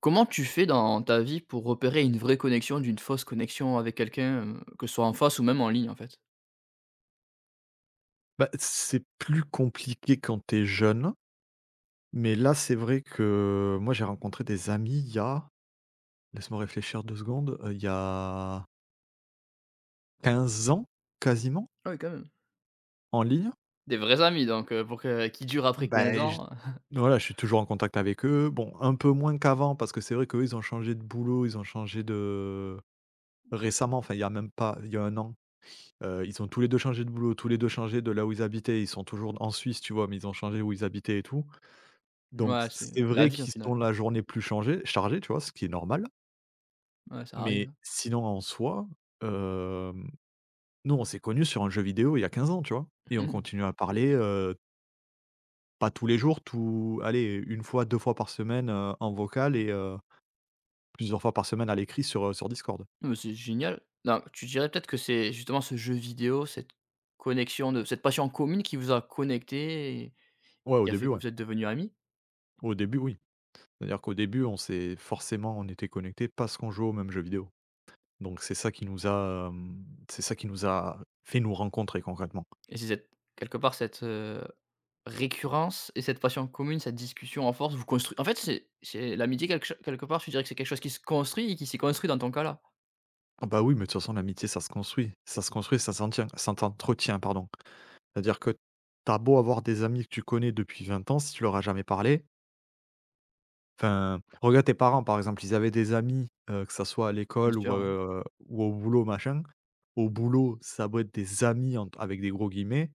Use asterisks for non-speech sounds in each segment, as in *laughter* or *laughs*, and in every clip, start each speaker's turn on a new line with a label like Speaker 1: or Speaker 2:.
Speaker 1: Comment tu fais dans ta vie pour repérer une vraie connexion d'une fausse connexion avec quelqu'un, que ce soit en face ou même en ligne, en fait?
Speaker 2: Bah, c'est plus compliqué quand t'es jeune, mais là, c'est vrai que moi, j'ai rencontré des amis il y a laisse-moi réfléchir 2 secondes, il y a 15 ans quasiment,
Speaker 1: Ah oui, quand même.
Speaker 2: en ligne.
Speaker 1: Des vrais amis donc, pour que qui durent après quinze
Speaker 2: Ben j
Speaker 1: ans, *laughs*
Speaker 2: Voilà, je suis toujours en contact avec eux. Bon, un peu moins qu'avant parce que c'est vrai qu'eux, ils ont changé de boulot, ils ont changé de récemment, enfin, il y a même pas, il y a un an, ils ont tous les 2 changé de boulot, tous les 2 changé de là où ils habitaient. Ils sont toujours en Suisse, tu vois? Mais ils ont changé où ils habitaient et tout. Donc
Speaker 1: Ouais, c'est
Speaker 2: c'est
Speaker 1: la
Speaker 2: vrai
Speaker 1: vie, au
Speaker 2: qu'ils sont
Speaker 1: final, hein.
Speaker 2: la journée plus changée chargée, tu vois? Ce qui est normal,
Speaker 1: Ouais, ça
Speaker 2: mais
Speaker 1: arrive.
Speaker 2: sinon en soi, hem, nous on s'est connus sur un jeu vidéo il y a 15 ans, tu vois?
Speaker 1: *laughs*
Speaker 2: Et on
Speaker 1: Hein.
Speaker 2: continue à parler, pas tous les jours, tout allez, une fois, 2 fois par semaine, en vocal et plusieurs fois par semaine à l'écrit sur, sur Discord.
Speaker 1: Non, mais c'est génial. Non, tu dirais peut-être que c'est justement ce jeu vidéo, cette connexion de cette passion commune qui vous a connecté et qui a fait que
Speaker 2: Ouais.
Speaker 1: vous êtes devenus amis?
Speaker 2: Au début, oui. C'est-à-dire qu'au début, on s'est forcément on était connectés parce qu'on jouait au même jeu vidéo. Donc c'est ça qui nous a fait nous rencontrer concrètement.
Speaker 1: Et c'est cette quelque part cette, récurrence et cette passion commune, cette discussion en force, vous construisez en fait. C'est l'amitié quelque part. Je dirais que c'est quelque chose qui se construit et qui s'est construit dans ton cas là?
Speaker 2: Ah bah oui, mais de toute façon, l'amitié, ça se construit. Ça se construit, ça s'entretient, ça t'entretient, pardon. C'est-à-dire que t'as beau avoir des amis que tu connais depuis 20 ans, si tu leur as jamais parlé, enfin, regarde tes parents, par exemple, ils avaient des amis, que ça soit à
Speaker 1: Bien
Speaker 2: l'école
Speaker 1: sûr, oui.
Speaker 2: ou au boulot, machin. Au boulot, ça a être des amis entre avec des gros guillemets,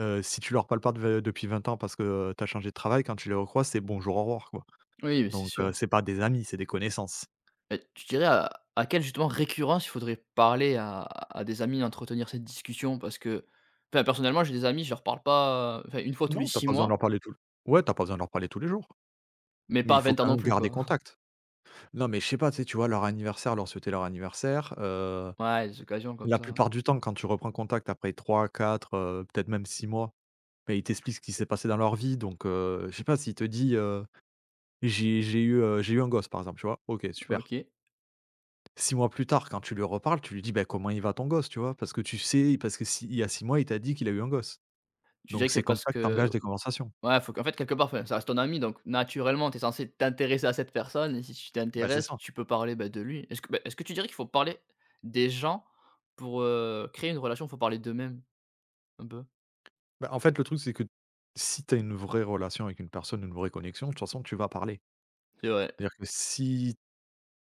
Speaker 2: si tu leur parles pas de depuis 20 ans parce que, t'as changé de travail, quand tu les recroises, c'est bonjour, au revoir, quoi.
Speaker 1: Oui, mais c'est
Speaker 2: Donc,
Speaker 1: sûr.
Speaker 2: c'est pas des amis, c'est des connaissances.
Speaker 1: Mais tu dirais à quelle justement récurrence il faudrait parler à des amis, entretenir cette discussion? Parce que, enfin, personnellement, j'ai des amis, je leur parle pas, enfin une fois tous les
Speaker 2: Non, t'as
Speaker 1: 6
Speaker 2: pas besoin de
Speaker 1: mois,
Speaker 2: leur parler tout l ouais, t'as pas besoin de leur parler tous les jours,
Speaker 1: mais
Speaker 2: mais
Speaker 1: pas
Speaker 2: il
Speaker 1: à
Speaker 2: faut
Speaker 1: 20 ans
Speaker 2: quand
Speaker 1: non
Speaker 2: même
Speaker 1: plus,
Speaker 2: garder
Speaker 1: quoi. *laughs*
Speaker 2: contact. Non, mais je sais pas, tu sais, tu vois, leur anniversaire, leur souhaiter leur anniversaire,
Speaker 1: Ouais, des occasions comme
Speaker 2: la
Speaker 1: ça.
Speaker 2: plupart du temps, quand tu reprends contact après trois quatre peut-être même 6 mois, beh, ils t'expliquent ce qui s'est passé dans leur vie, donc je sais pas, s'il te dit, «J'ai eu un gosse», par exemple, tu vois? OK, super.
Speaker 1: OK.
Speaker 2: 6 mois plus tard, quand tu lui reparles, tu lui dis: «Ben comment il va ton gosse?» tu vois? Parce que tu sais, parce que si il y a 6 mois, il t'a dit qu'il a eu un gosse,
Speaker 1: Tu
Speaker 2: donc
Speaker 1: dirais que c'est
Speaker 2: c'est comme
Speaker 1: parce
Speaker 2: ça que tu
Speaker 1: que.
Speaker 2: engages des conversations.
Speaker 1: Ouais, faut qu'en fait, quelque part, enfin, ça reste ton ami, donc naturellement, tu es censé t'intéresser à cette personne et si tu
Speaker 2: Bah, c'est
Speaker 1: t'intéresses,
Speaker 2: ça.
Speaker 1: tu peux parler, bah, de lui. Est-ce que tu dirais qu'il faut parler des gens pour, créer une relation, faut parler d'eux-mêmes, un peu?
Speaker 2: Bah, en fait, le truc, c'est que si tu as une vraie relation avec une personne, une vraie connexion, de toute façon, tu vas parler.
Speaker 1: C'est vrai.
Speaker 2: C'est-à-dire que si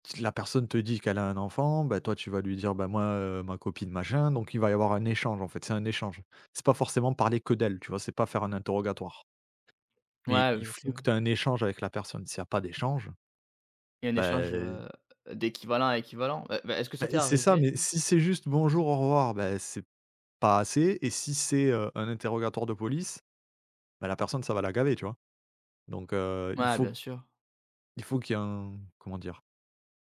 Speaker 2: si La personne te dit qu'elle a un enfant, bah, toi, tu vas lui dire: «Bah, moi, ma copine machin», donc il va y avoir un échange, en fait, c'est un échange. C'est pas forcément parler que d'elle, tu vois? C'est pas faire un interrogatoire, mais
Speaker 1: Ouais,
Speaker 2: il
Speaker 1: ouais, OK,
Speaker 2: faut
Speaker 1: ouais.
Speaker 2: que tu aies un échange avec la personne. S'il y a pas d'échange,
Speaker 1: Il y a un
Speaker 2: bah
Speaker 1: échange, d'équivalent à équivalent. Bah, est-ce que
Speaker 2: bah,
Speaker 1: ça t'est
Speaker 2: c'est ça,
Speaker 1: arrivé?
Speaker 2: mais si c'est juste: «Bonjour, au revoir», bah, c'est pas assez et si c'est, un interrogatoire de police, bah, la personne, ça va la gaver, tu vois? Donc il
Speaker 1: Ouais,
Speaker 2: faut
Speaker 1: bien sûr.
Speaker 2: il faut qu'il y ait un comment dire?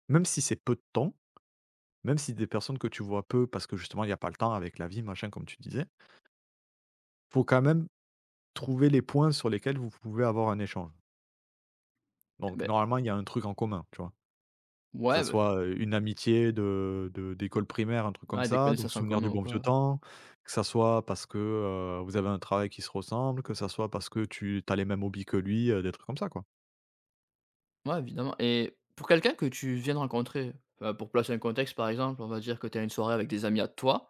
Speaker 2: Même si c'est peu de temps, même si des personnes que tu vois peu parce que justement, il y a pas le temps avec la vie, machin, comme tu disais. Faut quand même trouver les points sur lesquels vous pouvez avoir un échange. Donc
Speaker 1: Beh,
Speaker 2: normalement, il y a un truc en commun, tu vois? Que ça
Speaker 1: ouais, bah,
Speaker 2: soit, une amitié de d'école primaire, un truc comme
Speaker 1: ouais, des
Speaker 2: ça, donc
Speaker 1: connaissances en
Speaker 2: souvenir du
Speaker 1: commun ou
Speaker 2: bon vieux
Speaker 1: quoi.
Speaker 2: temps, que ça soit parce que, vous avez un travail qui se ressemble, que ça soit parce que tu as les mêmes hobbies que lui, des trucs comme ça, quoi.
Speaker 1: Ouais, évidemment, et pour quelqu'un que tu viens de rencontrer, enfin, pour placer un contexte, par exemple, on va dire que tu es une soirée avec des amis à toi.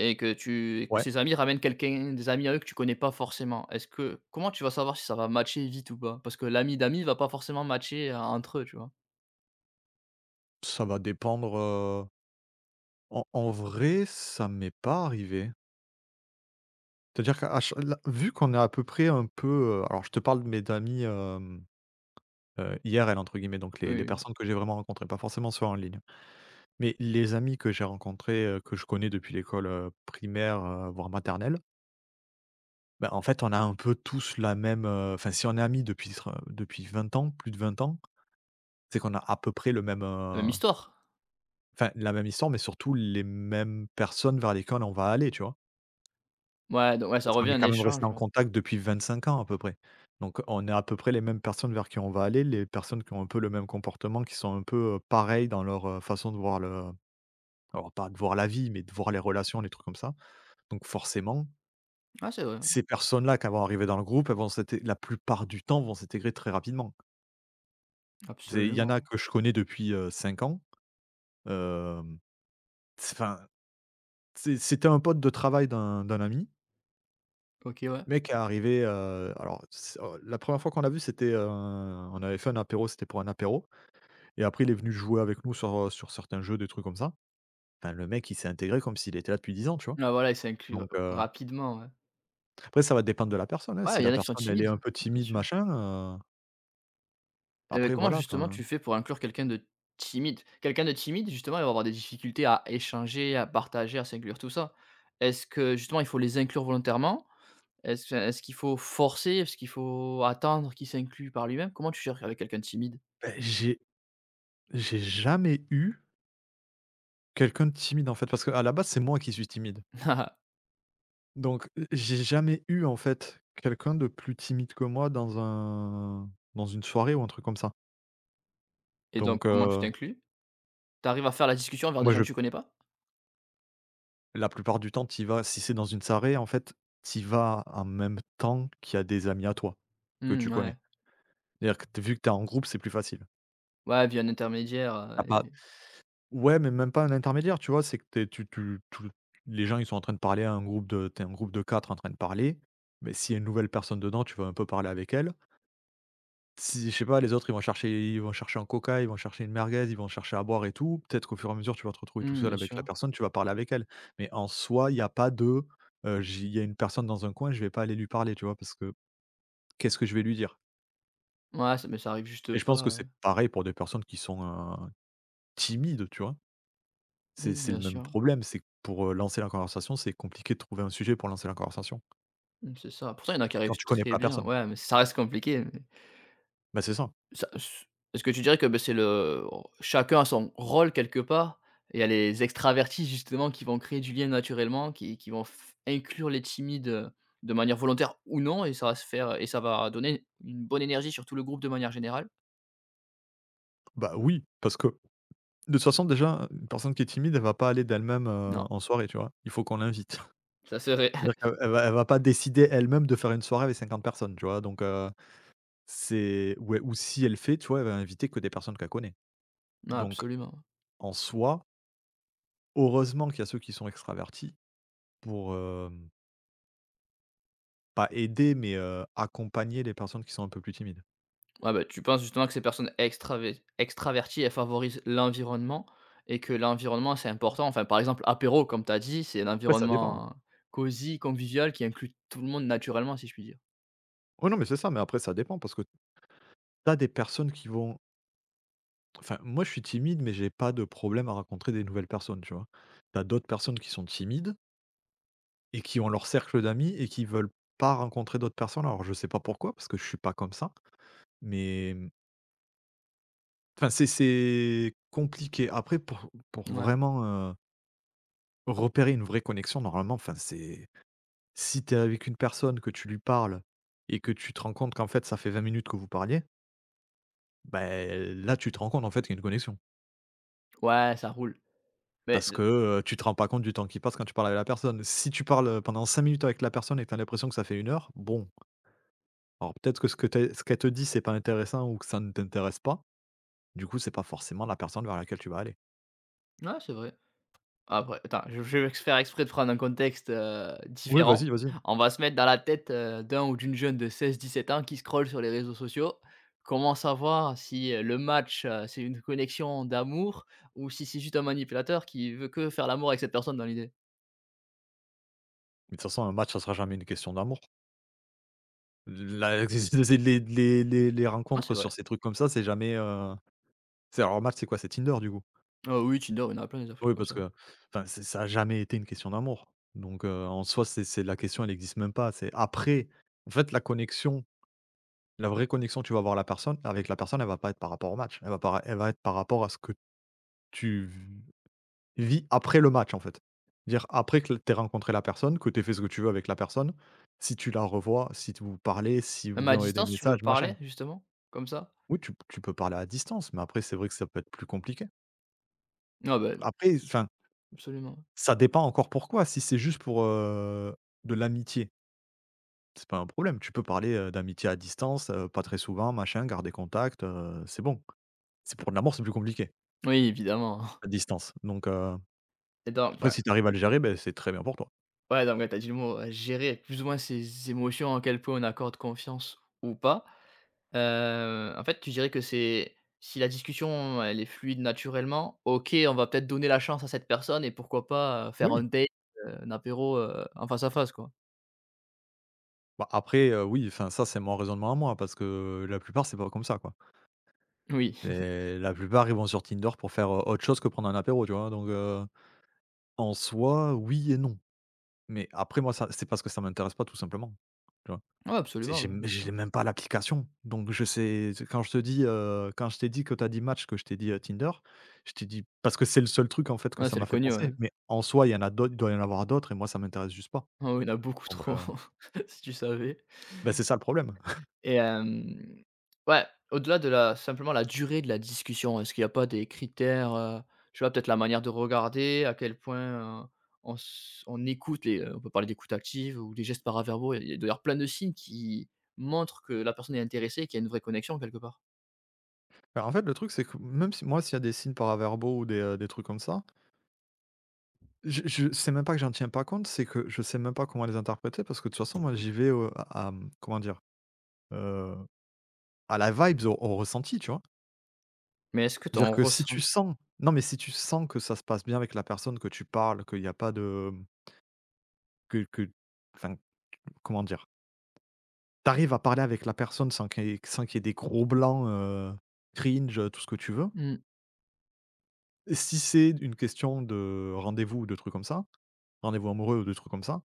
Speaker 1: Et que
Speaker 2: Ouais,
Speaker 1: ses amis ramènent quelqu'un, des amis à eux que tu connais pas forcément. Est-ce que Comment tu vas savoir si ça va matcher vite ou pas? Parce que l'ami d'ami va pas forcément matcher, entre eux, tu vois?
Speaker 2: ça va dépendre, en vrai, ça m'est pas arrivé. C'est-à-dire que vu qu'on est à peu près un peu, alors je te parle de mes amis, IRL » entre guillemets, donc les
Speaker 1: Oui, oui.
Speaker 2: personnes que j'ai vraiment rencontrées, pas forcément ceux en ligne. Mais les amis que j'ai rencontrés, que je connais depuis l'école, primaire, voire maternelle, ben en fait, on a un peu tous la même, enfin, si on est amis depuis tr depuis 20 ans, plus de 20 ans, c'est qu'on a à peu près le même,
Speaker 1: La même histoire.
Speaker 2: enfin, la même histoire, mais surtout les mêmes personnes vers lesquelles on va aller, tu vois?
Speaker 1: Ouais, donc ouais, ça
Speaker 2: Parce qu'on
Speaker 1: revient
Speaker 2: est
Speaker 1: à un
Speaker 2: quand même resté
Speaker 1: échange,
Speaker 2: en
Speaker 1: ouais.
Speaker 2: contact depuis 25 ans à peu près. Donc on est à peu près les mêmes personnes vers qui on va aller, les personnes qui ont un peu le même comportement, qui sont un peu, pareilles dans leur, façon de voir le. Alors pas de voir la vie, mais de voir les relations, les trucs comme ça. Donc forcément,
Speaker 1: Ouais, c'est vrai,
Speaker 2: ces personnes-là qui vont arriver dans le groupe, elles vont s'inté la plupart du temps, vont s'intégrer très rapidement. C'est il y en a
Speaker 1: absolument.
Speaker 2: que je connais depuis, 5 ans, hem, c'est enfin, c'était un pote de travail d'un ami.
Speaker 1: OK, ouais.
Speaker 2: Le mec est arrivé, alors c la première fois qu'on l'a vu, c'était, on avait fait un apéro, c'était pour un apéro et après il est venu jouer avec nous sur, sur certains jeux, des trucs comme ça. Enfin le mec, il s'est intégré comme s'il était là depuis 10 ans, tu vois?
Speaker 1: Ah voilà, ils s'incluent
Speaker 2: Donc heu
Speaker 1: rapidement, ouais.
Speaker 2: Après ça va dépendre de la personne, hein. Si
Speaker 1: Ouais, il
Speaker 2: la
Speaker 1: y en a qui sont
Speaker 2: personne elle est
Speaker 1: timides,
Speaker 2: un peu
Speaker 1: bien
Speaker 2: timide
Speaker 1: sûr.
Speaker 2: machin, heu,
Speaker 1: Et beh,
Speaker 2: après
Speaker 1: comment
Speaker 2: voilà
Speaker 1: justement
Speaker 2: enfin,
Speaker 1: tu fais pour inclure quelqu'un de timide? Quelqu'un de timide, justement, il va avoir des difficultés à échanger, à partager, à s'inclure, tout ça. Est-ce que justement il faut les inclure volontairement? Est-ce qu'il faut forcer? Est-ce qu'il faut attendre qu'il s'inclue par lui-même? Comment tu gères avec quelqu'un de timide?
Speaker 2: beh, j'ai jamais eu quelqu'un de timide en fait parce qu'à la base c'est moi qui suis timide.
Speaker 1: *laughs*
Speaker 2: Donc, j'ai jamais eu en fait quelqu'un de plus timide que moi dans une soirée ou un truc comme ça.
Speaker 1: Et donc
Speaker 2: Donc,
Speaker 1: comment tu t'inclus? Tu arrives à faire la discussion vers des
Speaker 2: moi
Speaker 1: gens
Speaker 2: je
Speaker 1: que tu connais pas?
Speaker 2: la plupart du temps t'y vas si c'est dans une soirée en fait, t'y vas en même temps qu'il y a des amis à toi, que tu
Speaker 1: Mmh,
Speaker 2: connais.
Speaker 1: ouais.
Speaker 2: C'est-à-dire que t vu que t'es en groupe, c'est plus facile.
Speaker 1: Ouais, via un intermédiaire, et
Speaker 2: Ouais, mais même pas un intermédiaire, tu vois? C'est que tu tu tu tu les gens, ils sont en train de parler à un groupe de tu un groupe de 4 en train de parler, mais s'il y a une nouvelle personne dedans, tu vas un peu parler avec elle. Si, je sais pas, les autres, ils vont chercher un coca, ils vont chercher une merguez, ils vont chercher à boire et tout. Peut-être qu'au fur et à mesure, tu vas te retrouver tout
Speaker 1: mmh,
Speaker 2: seul
Speaker 1: bien
Speaker 2: avec la
Speaker 1: sûr.
Speaker 2: personne, tu vas parler avec elle. Mais en soi, il y a pas de, j'y il y a une personne dans un coin, je vais pas aller lui parler, tu vois? Parce que qu'est-ce que je vais lui dire?
Speaker 1: Ouais, ça mais ça arrive juste
Speaker 2: Et je pense
Speaker 1: pas,
Speaker 2: que
Speaker 1: ouais.
Speaker 2: c'est pareil pour des personnes qui sont, timides, tu vois? C'est
Speaker 1: Mmh,
Speaker 2: c'est le
Speaker 1: bien
Speaker 2: même
Speaker 1: sûr.
Speaker 2: problème, c'est que pour, lancer la conversation, c'est compliqué de trouver un sujet pour lancer la conversation,
Speaker 1: Mmh, c'est ça. Pourtant, il y en a qui
Speaker 2: quand
Speaker 1: arrivent
Speaker 2: tu connais pas
Speaker 1: très
Speaker 2: la
Speaker 1: bien.
Speaker 2: personne.
Speaker 1: Ouais, mais ça reste compliqué.
Speaker 2: Bah, c'est ça.
Speaker 1: Ça s Est-ce que tu dirais que, beh, c'est le chacun a son rôle quelque part et il y a les extravertis justement qui vont créer du lien naturellement, qui vont f inclure les timides, de manière volontaire ou non, et ça va se faire et ça va donner une bonne énergie sur tout le groupe de manière générale?
Speaker 2: Bah, oui, parce que de toute façon déjà, une personne qui est timide, elle va pas aller d'elle-même,
Speaker 1: Non,
Speaker 2: en soirée, tu vois? Il faut qu'on l'invite. *laughs*
Speaker 1: ça serait.
Speaker 2: C'est-à-dire qu'elle elle va pas décider elle-même de faire une soirée avec 50 personnes, tu vois? Donc, c'est ouais, ou si elle fait, tu vois, elle va inviter que des personnes qu'elle connaît.
Speaker 1: *laughs* Non,
Speaker 2: Donc
Speaker 1: absolument.
Speaker 2: en soi, heureusement qu'il y a ceux qui sont extravertis pour, pas aider mais, accompagner les personnes qui sont un peu plus timides.
Speaker 1: Ouais, bah, tu penses justement que ces personnes extravé extraverties, elles favorisent l'environnement et que l'environnement, c'est important? Enfin, par exemple, apéro comme tu as dit, c'est un
Speaker 2: Après ça dépend.
Speaker 1: environnement cosy, convivial, qui inclut tout le monde naturellement, si je puis dire.
Speaker 2: Ouais, non, mais c'est ça, mais après ça dépend parce que t'as des personnes qui vont enfin, moi je suis timide, mais j'ai pas de problème à rencontrer des nouvelles personnes, tu vois? T'as d'autres personnes qui sont timides et qui ont leur cercle d'amis et qui veulent pas rencontrer d'autres personnes. Alors je sais pas pourquoi, parce que je suis pas comme ça, mais mmh, enfin c'est compliqué. Après pour
Speaker 1: Ouais.
Speaker 2: vraiment, heu, repérer une vraie connexion, normalement, enfin c'est si t'es avec une personne, que tu lui parles et que tu te rends compte qu'en fait ça fait 20 minutes que vous parliez, ben là tu te rends compte en fait qu'il y a une connexion.
Speaker 1: Ouais, ça roule. Mais
Speaker 2: Parce que,
Speaker 1: d
Speaker 2: tu te rends pas compte du temps qui passe quand tu parles avec la personne. Si tu parles, pendant 5 minutes avec la personne et que tu as l'impression que ça fait 1 heure, bon, alors peut-être que ce que tu ce qu'elle te dit, c'est pas intéressant ou que ça ne t'intéresse pas. Du coup, c'est pas forcément la personne vers laquelle tu vas aller.
Speaker 1: Ouais, c'est vrai. Après, attends, je vais faire exprès de prendre un contexte,
Speaker 2: Oui,
Speaker 1: différent.
Speaker 2: vas-y, vas-y.
Speaker 1: On va se mettre dans la tête, d'un ou d'une jeune de 16, 17 ans qui scrolle sur les réseaux sociaux. Comment savoir si, le match, c'est une connexion d'amour ou si c'est juste un manipulateur qui veut que faire l'amour avec cette personne dans l'idée?
Speaker 2: Mais de toute façon, un match, ça sera jamais une question d'amour. La *laughs* les
Speaker 1: Ah,
Speaker 2: rencontres
Speaker 1: c'est vrai.
Speaker 2: sur ces trucs comme ça, c'est jamais, c'est, alors un match, c'est quoi? C'est Tinder, du coup?
Speaker 1: Ah oui, Tinder, il y en a plein, des applis
Speaker 2: Oui,
Speaker 1: comme
Speaker 2: parce
Speaker 1: ça.
Speaker 2: que, enfin, c'est ça a jamais été une question d'amour. Donc, en soi, c'est la question, elle existe même pas. C'est après, en fait, la vraie connexion que tu vas avoir la personne avec la personne, elle va pas être par rapport au match. Elle va être par rapport à ce que tu v vis après le match, en fait. Dire après que l tu rencontré la personne, que tu fait ce que tu veux avec la personne, si tu la revois, si t vous parlez, si vous
Speaker 1: Même à
Speaker 2: envoyez des
Speaker 1: distance, tu peux
Speaker 2: messages, machin.
Speaker 1: parler justement, comme ça?
Speaker 2: Oui, tu peux parler à distance, mais après c'est vrai que ça peut être plus compliqué.
Speaker 1: Ah bah,
Speaker 2: Après, enfin,
Speaker 1: absolument.
Speaker 2: ça dépend encore pourquoi. Si c'est juste pour, de l'amitié, c'est pas un problème. Tu peux parler, d'amitié à distance, pas très souvent, machin, garder contact, c'est bon. C'est pour de l'amour, c'est plus compliqué.
Speaker 1: Oui, évidemment.
Speaker 2: À
Speaker 1: *laughs*
Speaker 2: distance, donc,
Speaker 1: Et donc,
Speaker 2: après
Speaker 1: enfin.
Speaker 2: si tu arrives à le gérer, ben c'est très bien pour toi.
Speaker 1: Ouais, donc mais tu dit le mot, gérer plus ou moins ses émotions, en quel point on accorde confiance ou pas. En fait, tu dirais que c'est si la discussion, elle est fluide naturellement, OK, on va peut-être donner la chance à cette personne et pourquoi pas, faire un
Speaker 2: Oui.
Speaker 1: date, un apéro, en face à face, quoi.
Speaker 2: Bah, après, oui, enfin ça, c'est mon raisonnement à moi parce que la plupart, c'est pas comme ça, quoi,
Speaker 1: Oui.
Speaker 2: et la plupart, ils vont sur Tinder pour faire, autre chose que prendre un apéro, tu vois? Donc, en soi, oui et non, mais après moi, ça, c'est parce que ça m'intéresse pas tout simplement, tu vois?
Speaker 1: Ouais,
Speaker 2: C'est
Speaker 1: absolument,
Speaker 2: j'ai
Speaker 1: ouais,
Speaker 2: m
Speaker 1: bien sûr.
Speaker 2: j'ai même pas l'application, donc je sais, c'est quand je te dis, quand je t'ai dit que tu as dit Match, que je t'ai dit, Tinder, je t'ai dit parce que c'est le seul truc en fait que
Speaker 1: Ouais,
Speaker 2: ça
Speaker 1: c'est
Speaker 2: m'a
Speaker 1: le
Speaker 2: fait
Speaker 1: connu, ouais.
Speaker 2: penser, mais en soi, il y en a d'autres, il doit y en avoir d'autres, et moi, ça m'intéresse juste pas.
Speaker 1: Ah oui, il y en a beaucoup
Speaker 2: donc
Speaker 1: trop.
Speaker 2: heu
Speaker 1: *laughs* Si tu savais.
Speaker 2: Bah, c'est ça le problème. *laughs*
Speaker 1: Et ouais, au-delà de la simplement la durée de la discussion, est-ce qu'il y a pas des critères, je sais pas, peut-être la manière de regarder, à quel point, on écoute on peut parler d'écoute active ou des gestes paraverbaux, il y a d'ailleurs plein de signes qui montrent que la personne est intéressée et qu'il y a une vraie connexion quelque part.
Speaker 2: Alors, en fait, le truc, c'est que même si moi, s'il y a des signes paraverbaux ou des trucs comme ça, je c'est même pas que j'en tiens pas compte, c'est que je sais même pas comment les interpréter parce que de toute façon, moi, j'y vais, comment dire? Heu, à la vibes, au ressenti, tu vois?
Speaker 1: Mais est-ce que tu
Speaker 2: Dire
Speaker 1: en
Speaker 2: que si
Speaker 1: ressens.
Speaker 2: tu sens, non, mais si tu sens que ça se passe bien avec la personne, que tu parles, qu'il y a pas de, mmh, que enfin, comment dire? T'arrives à parler avec la personne sans qu'il y ait des gros blancs, cringe, tout ce que tu veux.
Speaker 1: Mmh,
Speaker 2: Et si c'est une question de rendez-vous amoureux ou des trucs comme ça,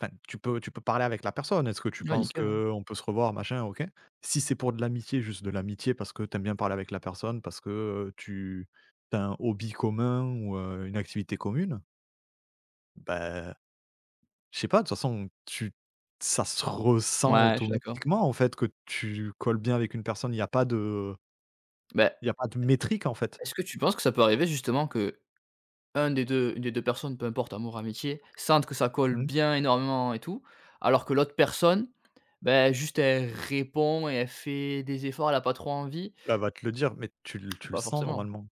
Speaker 2: enfin, tu peux parler avec la personne. Est-ce que tu
Speaker 1: ouais,
Speaker 2: penses
Speaker 1: nickel, ouais.
Speaker 2: qu'on peut se revoir, machin? OK. Si c'est pour de l'amitié, juste de l'amitié parce que t'aimes bien parler avec la personne, parce que, tu as un hobby commun ou, une activité commune, bah, je sais pas, de toute façon, tu ça se ressent
Speaker 1: Ouais, je suis d'accord.
Speaker 2: automatiquement, en fait, que tu colles bien avec une personne.
Speaker 1: Ben,
Speaker 2: Il y a pas de métrique, en fait.
Speaker 1: est-ce que tu penses que ça peut arriver justement que un des 2 une des 2 personnes, peu importe amour, amitié, sentent que ça colle
Speaker 2: Mmh.
Speaker 1: bien énormément et tout, alors que l'autre personne, ben juste elle répond et elle fait des efforts, elle a pas trop envie,
Speaker 2: Elle va te le dire, mais tu le
Speaker 1: pas
Speaker 2: sens
Speaker 1: forcément.
Speaker 2: normalement.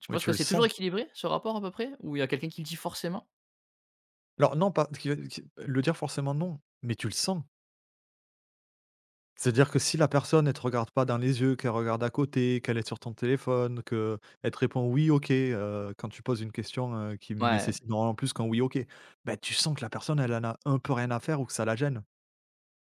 Speaker 1: Tu
Speaker 2: Mais
Speaker 1: penses
Speaker 2: tu
Speaker 1: que
Speaker 2: le
Speaker 1: c'est
Speaker 2: sens.
Speaker 1: toujours équilibré, ce rapport à peu près? Ou il y a quelqu'un qui le dit forcément?
Speaker 2: Alors non, pas qui le dire forcément, non, mais tu le sens. C'est-à-dire que si la personne, elle te regarde pas dans les yeux, qu'elle regarde à côté, qu'elle est sur ton téléphone, qu'elle te répond «oui, OK», quand tu poses une question, qui me
Speaker 1: Ouais,
Speaker 2: nécessite normalement plus qu'un «oui, OK», bah, tu sens que la personne, elle en a un peu rien à faire ou que ça la gêne.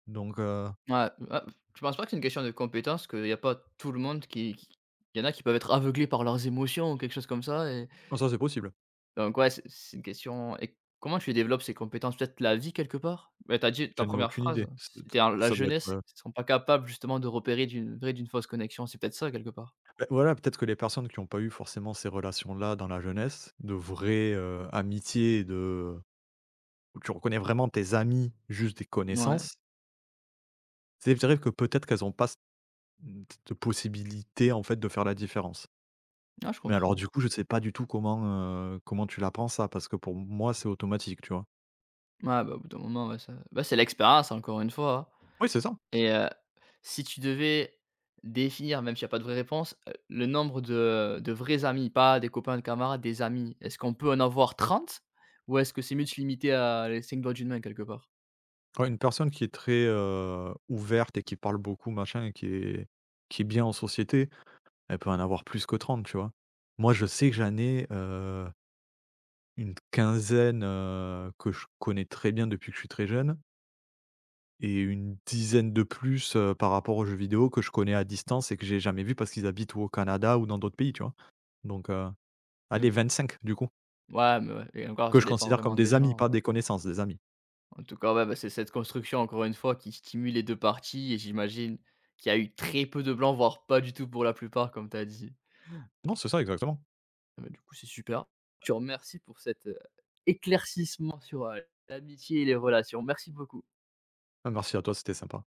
Speaker 2: Donc,
Speaker 1: ouais, ouais. Tu penses pas que c'est une question de compétence, qu'il y a pas tout le monde qui il y en a qui peuvent être aveuglés par leurs émotions ou quelque chose comme ça.
Speaker 2: non, ça, c'est possible.
Speaker 1: Donc ouais, c'est une question, et comment tu développes ces compétences? Peut-être la vie quelque part? Mais t'as dit ta
Speaker 2: J'en ai
Speaker 1: première
Speaker 2: aucune idée.
Speaker 1: phrase,
Speaker 2: C'est
Speaker 1: c'était un la
Speaker 2: ça doit être,
Speaker 1: jeunesse, ils sont pas capables justement de repérer d'une vraie d'une fausse connexion, c'est peut-être ça quelque part?
Speaker 2: beh, voilà, peut-être que les personnes qui n'ont pas eu forcément ces relations-là dans la jeunesse, de vraies, amitiés, de où tu reconnais vraiment tes amis, juste des
Speaker 1: Ouais,
Speaker 2: connaissances, c'est vrai que peut-être qu'elles ont pas de possibilité, en fait, de faire la différence.
Speaker 1: ah je
Speaker 2: Mais alors
Speaker 1: comprends.
Speaker 2: du coup, je sais pas du tout comment tu la prends, ça? Parce que pour moi, c'est automatique, tu vois?
Speaker 1: Ouais, bah, au bout d'un moment, ouais, ça bah, c'est l'expérience encore une fois, hein,
Speaker 2: Oui, c'est ça.
Speaker 1: et si tu devais définir, même s'il y a pas de vraie réponse, le nombre de vrais amis, pas des copains, de camarades, des amis, est-ce qu'on peut en avoir 30 ou est-ce que c'est mieux de se limiter à les 5 doigts d'une main quelque part?
Speaker 2: Ouais, une personne qui est très, ouverte et qui parle beaucoup, machin, et qui est bien en société, elle peut en avoir plus que 30, tu vois? Moi, je sais que j'en ai, une quinzaine, que je connais très bien depuis que je suis très jeune, et une dizaine de plus, par rapport aux jeux vidéo que je connais à distance et que j'ai jamais vu parce qu'ils habitent ou au Canada ou dans d'autres pays, tu vois? Donc heu
Speaker 1: Mmh.
Speaker 2: Allez, 5 du coup,
Speaker 1: Ouais, mais ouais, et encore,
Speaker 2: que
Speaker 1: ça
Speaker 2: je
Speaker 1: dépend
Speaker 2: considère comme
Speaker 1: vraiment des
Speaker 2: des amis,
Speaker 1: gens, ouais.
Speaker 2: pas des connaissances, des amis.
Speaker 1: En tout cas, ouais, bah, c'est cette construction, encore une fois, qui stimule les 2 parties et j'imagine qu'il y a eu très peu de blancs, voire pas du tout pour la plupart, comme tu as dit.
Speaker 2: Non, c'est ça exactement.
Speaker 1: Ah bah, du coup, c'est super. Je te remercie pour cet, éclaircissement sur, l'amitié et les relations. Merci beaucoup.
Speaker 2: Ah, merci à toi, c'était sympa.